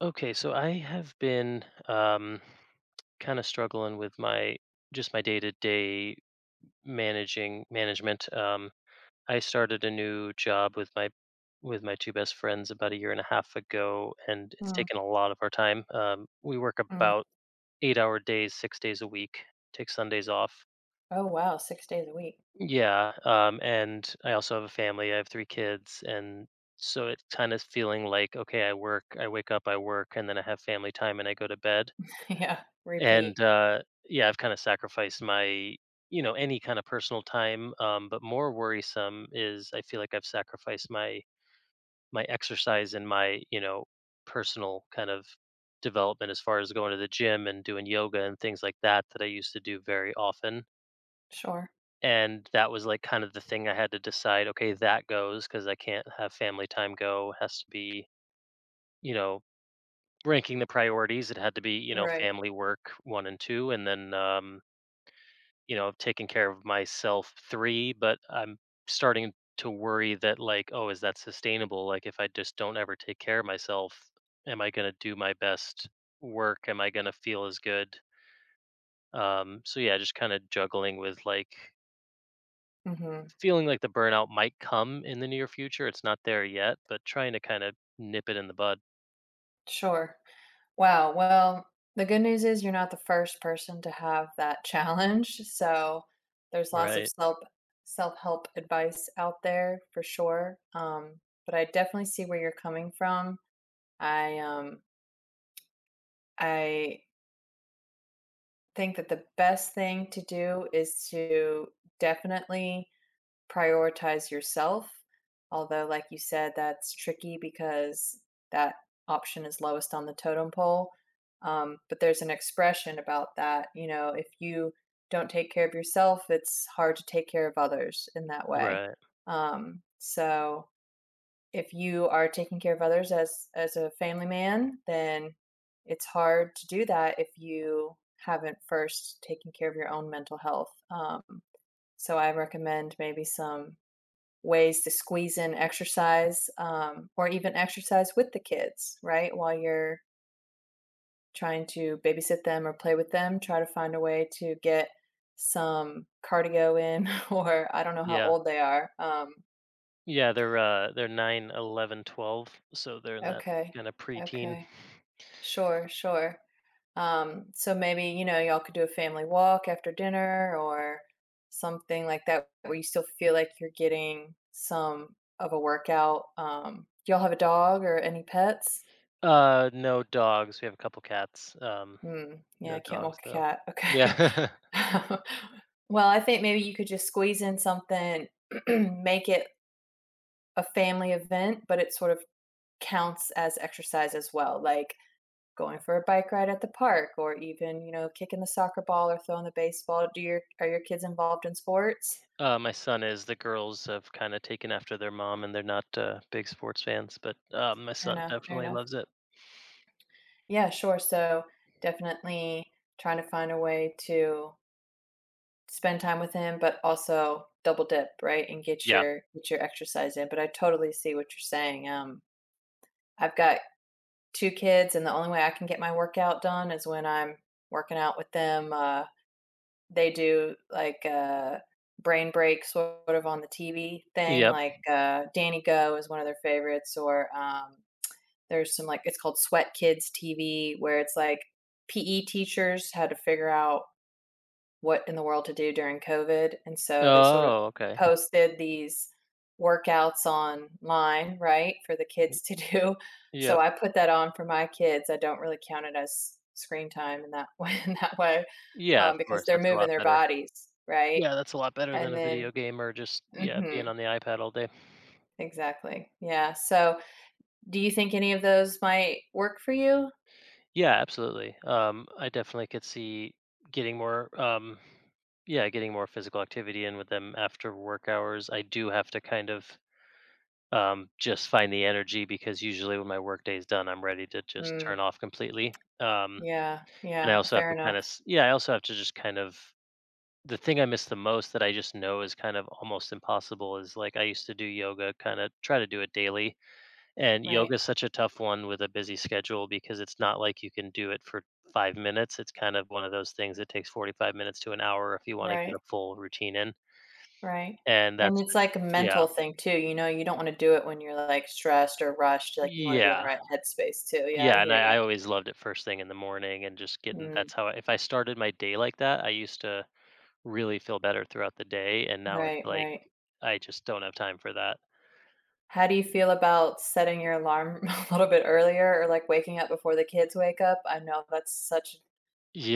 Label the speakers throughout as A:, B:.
A: Okay, so I have been kind of struggling with my just my day-to-day managing management. I started a new job with my two best friends about a year and a half ago, and it's
B: Mm,
A: taken a lot of our time. We work
B: mm.
A: about eight-hour days, six days a week, take Sundays off.
B: Oh, wow, 6 days a week.
A: Yeah, and I also have a family. I have three kids, and so it's kind of feeling like, okay, I work, I wake up, I work, and then I have family time, and I go to bed.
B: Yeah, repeat.
A: And, yeah, I've kinda sacrificed my, you know, any kind of personal time, but more worrisome is I feel like I've sacrificed my exercise and my, you know, personal kind of development as far as going to the gym and doing yoga and things like that that I used to do very often.
B: Sure.
A: And that was, like, kind of the thing I had to decide, "Okay, that goes because I can't have family time go, has to be," you know, ranking the priorities, it had to be, you know,
B: Right.
A: family, work, 1 and 2, and then, um, you know, I've taken care of myself 3, but I'm starting to worry that, like, "Oh, is that sustainable? Like, if I just don't ever take care of myself, am I going to do my best work? Am I going to feel as good?" So yeah, just kind of juggling with, like,
B: Mhm.
A: feeling like the burnout might come in the near future. It's not there yet, but trying to kind of nip it in the bud.
B: Sure. Wow, well, the good news is you're not the first person to have that challenge, so there's lots of
A: Right.
B: self-help advice out there for sure, but I definitely see where you're coming from. I, um, I think that the best thing to do is to definitely prioritize yourself. Although, like you said, that's tricky because that option is lowest on the totem pole. But there's an expression about that. You know, if you don't take care of yourself, it's hard to take care of others in that way.
A: Right.
B: So if you are taking care of others as a family man, then it's hard to do that if you haven't first taken care of your own mental health. So I recommend maybe some ways to squeeze in exercise or even exercise with the kids, right? While you're trying to babysit them or play with them, try to find a way to get some cardio in, or I don't know how
A: Yeah.
B: old they are.
A: Yeah, they're 9, 11, 12, so they're in that
B: Okay,
A: kind of preteen.
B: okay, sure, sure. So maybe, you know, y'all could do a family walk after dinner or something like that where you still feel like you're getting some of a workout. Do y'all have a dog or any pets?
A: No dogs. We have a couple cats.
B: Hmm. Yeah,
A: No
B: I can't walk
A: dogs
B: a
A: though.
B: cat. Okay.
A: Yeah.
B: Well, I think maybe you could just squeeze in something, make it a family event, but it sort of counts as exercise as well, like going for a bike ride at the park or even, you know, kicking the soccer ball or throwing the baseball. Do your are your kids involved in sports?
A: My son is. The girls have kind of taken after their mom, and they're not big sports fans, but my
B: Fair
A: son
B: enough, fair
A: definitely
B: enough.
A: loves it.
B: Yeah, sure. So definitely trying to find a way to spend time with him, but also double dip, right, and get
A: Yeah.
B: your get your exercise in, but I totally see what you're saying, I've got 2 kids, and the only way I can get my workout done is when I'm working out with them, they do, like, a brain break sort of on the TV thing,
A: Yep.
B: like, Danny Go is one of their favorites, or, there's some, like it's called Sweat Kids TV, where it's, like, PE teachers had to figure out what in the world to do during COVID, and so they sort of
A: Oh, okay.
B: posted these workouts online, right, for the kids to do. So
A: Yep.
B: I put that on for my kids. I don't really count it as screen time in that in that way,
A: Yeah, of
B: because
A: course.
B: they're
A: That's a
B: moving
A: lot
B: their
A: better.
B: bodies, right?
A: Yeah, that's a lot better
B: And
A: than a
B: then,
A: video game or just, yeah,
B: hmm
A: being on the iPad all day.
B: exactly, yeah. So, do you think any of those might work for you?
A: Yeah, absolutely. I definitely could see getting more, yeah, getting more physical activity in with them after work hours. I do have to kind of, just find the energy because usually when my work day is done, I'm ready to just turn
B: Mm,
A: off completely.
B: yeah,
A: And I
B: yeah,
A: also have
B: fair
A: to kind
B: enough.
A: of, yeah, I also have to just kind of, the thing I miss the most that I just know is kind of almost impossible is, like, I used to do yoga, kind of try to do it daily, and yoga
B: Right,
A: is such a tough one with a busy schedule because it's not like you can do it for 5 minutes. It's kind of one of those things that takes 45 minutes to an hour if you wanna get
B: right.
A: a full routine in,
B: Right.
A: and
B: And
A: that's
B: it's
A: the—
B: like a
A: Yeah.
B: mental thing too, you know, you don't wanna do it when you're, like, stressed or rushed, like, you wanna be in the
A: Yeah.
B: right headspace too, yeah, I
A: Yeah, and
B: hear
A: I
B: you.
A: I always loved it first thing in the morning and just getting—
B: Mm,
A: that's how I— if I started my day like that, I used to really feel better throughout the day, and now it's
B: right,
A: like,
B: right.
A: I just don't have time for that.
B: How do you feel about setting your alarm a little bit earlier or, like, waking up before the kids wake up? I know that's such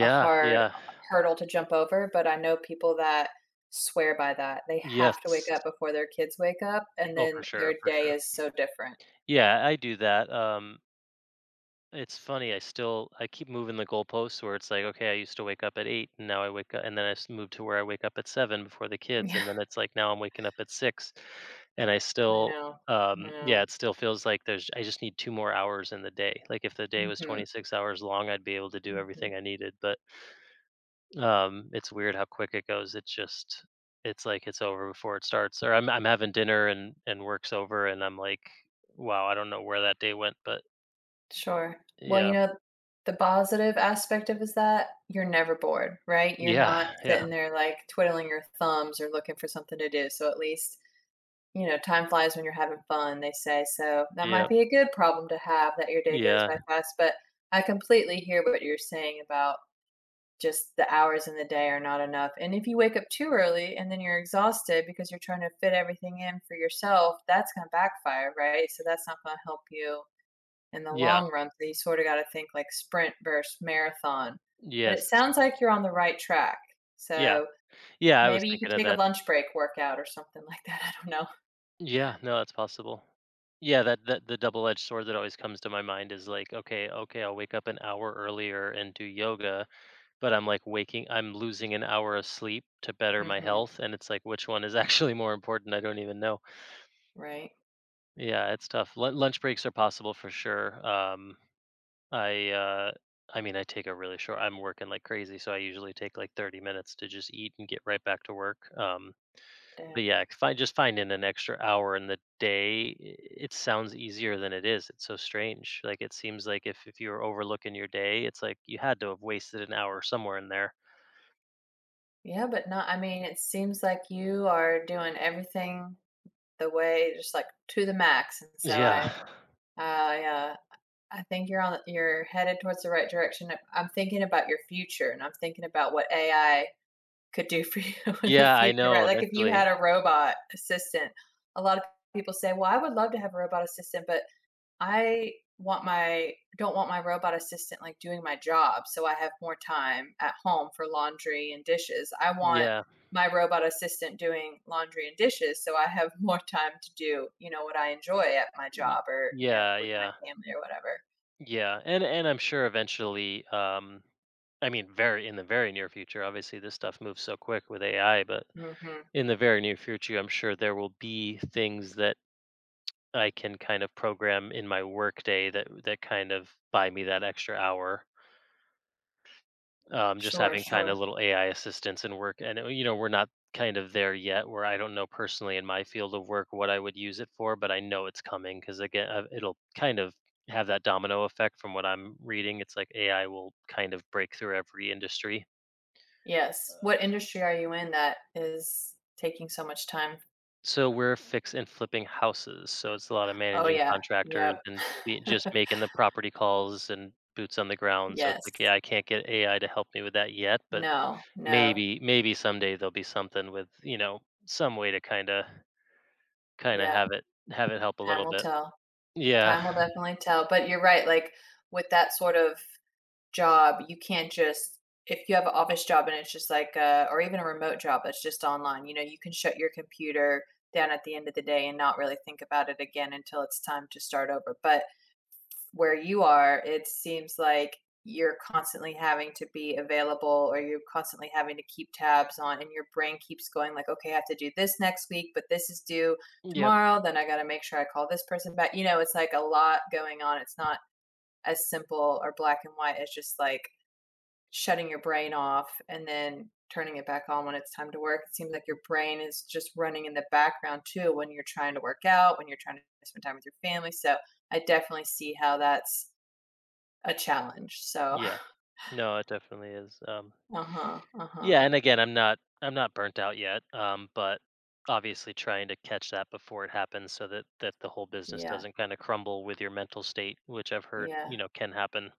B: a hard
A: yeah.
B: hurdle to jump over, but I know people that swear by that. They have to wake
A: Yes.
B: up before their kids wake up, and
A: Oh,
B: then
A: for sure,
B: their
A: for
B: day
A: sure.
B: is so different.
A: Yeah, I do that, um. It's funny, I keep moving the goalposts where it's like, okay, I used to wake up at 8 and now I wake up and then move to where I wake up at 7 before the kids,
B: Yeah.
A: and then it's like now I'm waking up at 6, and I
B: I
A: still,
B: know, I
A: um, yeah,
B: know.
A: it still feels like there's— I just need two more hours in the day. Like, if the day was
B: Mhm,
A: 26 hours long, I'd be able to do
B: mhm.
A: everything I needed, but um, it's weird how quick it goes. It just— it's like it's over before it starts, or I'm having dinner and work's over and I'm like, wow, I don't know where that day went, but
B: Sure. Well,
A: yeah.
B: you know, the positive aspect of is that you're never bored, right? You're
A: Yeah,
B: not
A: yeah.
B: sitting there like twiddling your thumbs or looking for something to do. So at least, you know, time flies when you're having fun, they say. So that
A: Yeah.
B: might be a good problem to have that your day goes
A: Yeah.
B: by fast. But I completely hear what you're saying about just the hours in the day are not enough. And if you wake up too early and then you're exhausted because you're trying to fit everything in for yourself, that's going to backfire, right? So that's not going to help you in the
A: Yeah.
B: long run, so you sort of gotta think like sprint versus marathon. But
A: Yes.
B: it sounds like you're on the right track,
A: Yeah.
B: so
A: Yeah, I was
B: maybe you could
A: thinking of
B: take a
A: that.
B: lunch break workout or something like that, I don't know.
A: Yeah, no, that's possible. Yeah, that that the double-edged sword that always comes to my mind is like, okay, okay, I'll wake up an hour earlier and do yoga, but I'm like waking I'm losing an hour of sleep to better my
B: Mhm.
A: health, and it's like, which one is actually more important? I don't even know.
B: Right,
A: Yeah, it's tough. Lunch breaks are possible for sure. I uh I mean, I take a really short— I'm working like crazy, so I usually take like 30 minutes to just eat and get right back to work. Um, but
B: dang.
A: yeah, if I just find in an extra hour in the day, it sounds easier than it is. It's so strange. Like, it seems like if you were overlooking your day, it's like you had to have wasted an hour somewhere in there.
B: Yeah, but not. I mean, it seems like you are doing everything the way just, like, to the max, and so
A: Yeah.
B: I, uh, I think you're headed towards the right direction. I'm thinking about your future, and I'm thinking about what AI could do for you in the
A: Yeah, I
B: future,
A: know
B: right? Like if you
A: eventually.
B: had a robot assistant, a lot of people say, "Well, I would love to have a robot assistant, but I want my don't want my robot assistant like doing my job, so I have more time at home for laundry and dishes. I want
A: Yeah.
B: my robot assistant doing laundry and dishes, so I have more time to do, you know, what I enjoy at my
A: y-
B: job or, you know,
A: Yeah,
B: with my
A: yeah.
B: family or whatever."
A: Yeah. And I'm sure eventually, um, I mean, very— in the very near future, obviously this stuff moves so quick with AI, but
B: Mhm.
A: in the very near future, I'm sure there will be things that I can kind of program in my workday that kind of buy me that extra hour. Just
B: Sure,
A: having kind of
B: sure.
A: little AI assistants in work, and you know, we're not kind of there yet. Where I don't know personally in my field of work what I would use it for, but I know it's coming because, again, it'll kind of have that domino effect from what I'm reading. It's like AI will kind of break through every industry.
B: Yes. What industry are you in that is taking so much time?
A: So we're fix and flipping houses, so it's a lot of
B: Oh,
A: managing
B: yeah.
A: contractors
B: Yep.
A: and be just making the property calls and boots on the ground, so it's like,
B: Yes.
A: yeah, I can't get AI to help me with that yet, but
B: No, no.
A: maybe someday there'll be something with, you know, some way to kinda
B: Yeah,
A: have it help a
B: time
A: little
B: will
A: bit.
B: tell.
A: Yeah.
B: Time will definitely tell, but you're right, like, with that sort of job, you can't just if you have an office job and it's just like a or even a remote job that's just online, you know, you can shut your computer down at the end of the day and not really think about it again until it's time to start over, but where you are, it seems like you're constantly having to be available or you're constantly having to keep tabs on and your brain keeps going like, okay, I have to do this next week, but this is due
A: Yep.
B: tomorrow, then I got to make sure I call this person back, you know, it's like a lot going on, it's not as simple or black and white as just like shutting your brain off and then turning it back on when it's time to work, it seems like your brain is just running in the background too when you're trying to work out, when you're trying to spend time with your family, so I definitely see how that's a challenge, so
A: Yeah. No, it definitely is, um.
B: Uh-huh, uh-huh.
A: Yeah, and again, I'm not burnt out yet, but obviously trying to catch that before it happens so that the whole business
B: Yeah,
A: doesn't kind of crumble with your mental state, which I've heard, you
B: yeah.
A: know, can happen.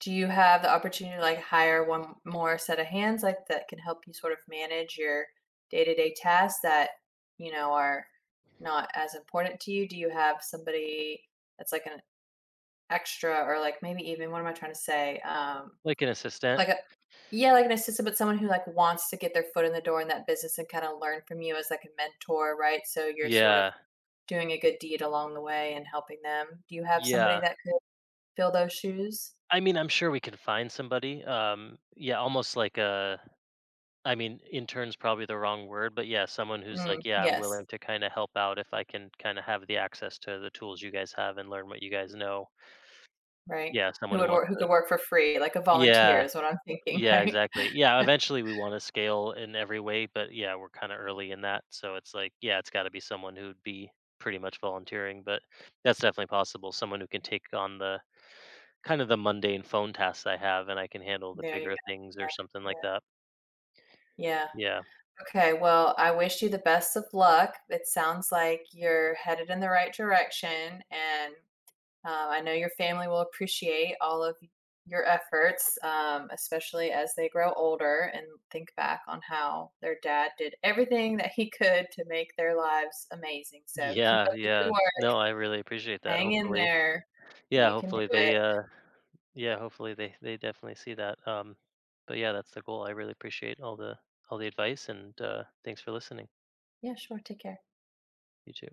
B: Do you have the opportunity to, like, hire one more set of hands, like, that can help you sort of manage your day-to-day tasks that, you know, are not as important to you? Do you have somebody that's, like, an extra or, like, maybe even what am I trying to say?
A: Like an assistant.
B: Like a Yeah, like an assistant, but someone who, like, wants to get their foot in the door in that business and kinda learn from you as, like, a mentor, right? So you're sort of
A: Yeah.
B: doing a good deed along the way and helping them. Do you have somebody
A: Yeah.
B: that could fill those shoes?
A: I mean, I'm sure we can find somebody. Yeah, almost like a— I mean, intern's probably the wrong word, but yeah, someone who's
B: Mm,
A: like, yeah, I'm
B: yes,
A: willing to kind of help out if I can kind of have the access to the tools you guys have and learn what you guys know.
B: right.
A: Yeah,
B: Who
A: someone who
B: would work
A: wants
B: who
A: to.
B: could work for free, like a volunteer
A: Yeah.
B: is what I'm thinking,
A: Yeah,
B: right?
A: exactly. Yeah, eventually we want to scale in every way, but yeah, we're kind of early in that. So it's like, yeah, it's got to be someone who'd be pretty much volunteering, but that's definitely possible. Someone who can take on the kind of the mundane phone tasks I have and I can handle the
B: There you
A: bigger things or something
B: go.
A: like
B: Yeah,
A: that.
B: yeah, yeah.
A: Yeah.
B: Okay, well, I wish you the best of luck. It sounds like you're headed in the right direction, and I know your family will appreciate all of your efforts, especially as they grow older and think back on how their dad did everything that he could to make their lives amazing. So keep up
A: Yeah,
B: the good
A: yeah.
B: work.
A: No, I really appreciate that.
B: Hang in
A: Hopefully.
B: there.
A: Yeah,
B: You can do
A: hopefully
B: it.
A: they yeah, hopefully they definitely see that. Um, but yeah, that's the goal. I really appreciate all the advice and thanks for listening.
B: Yeah, sure. Take care.
A: You too.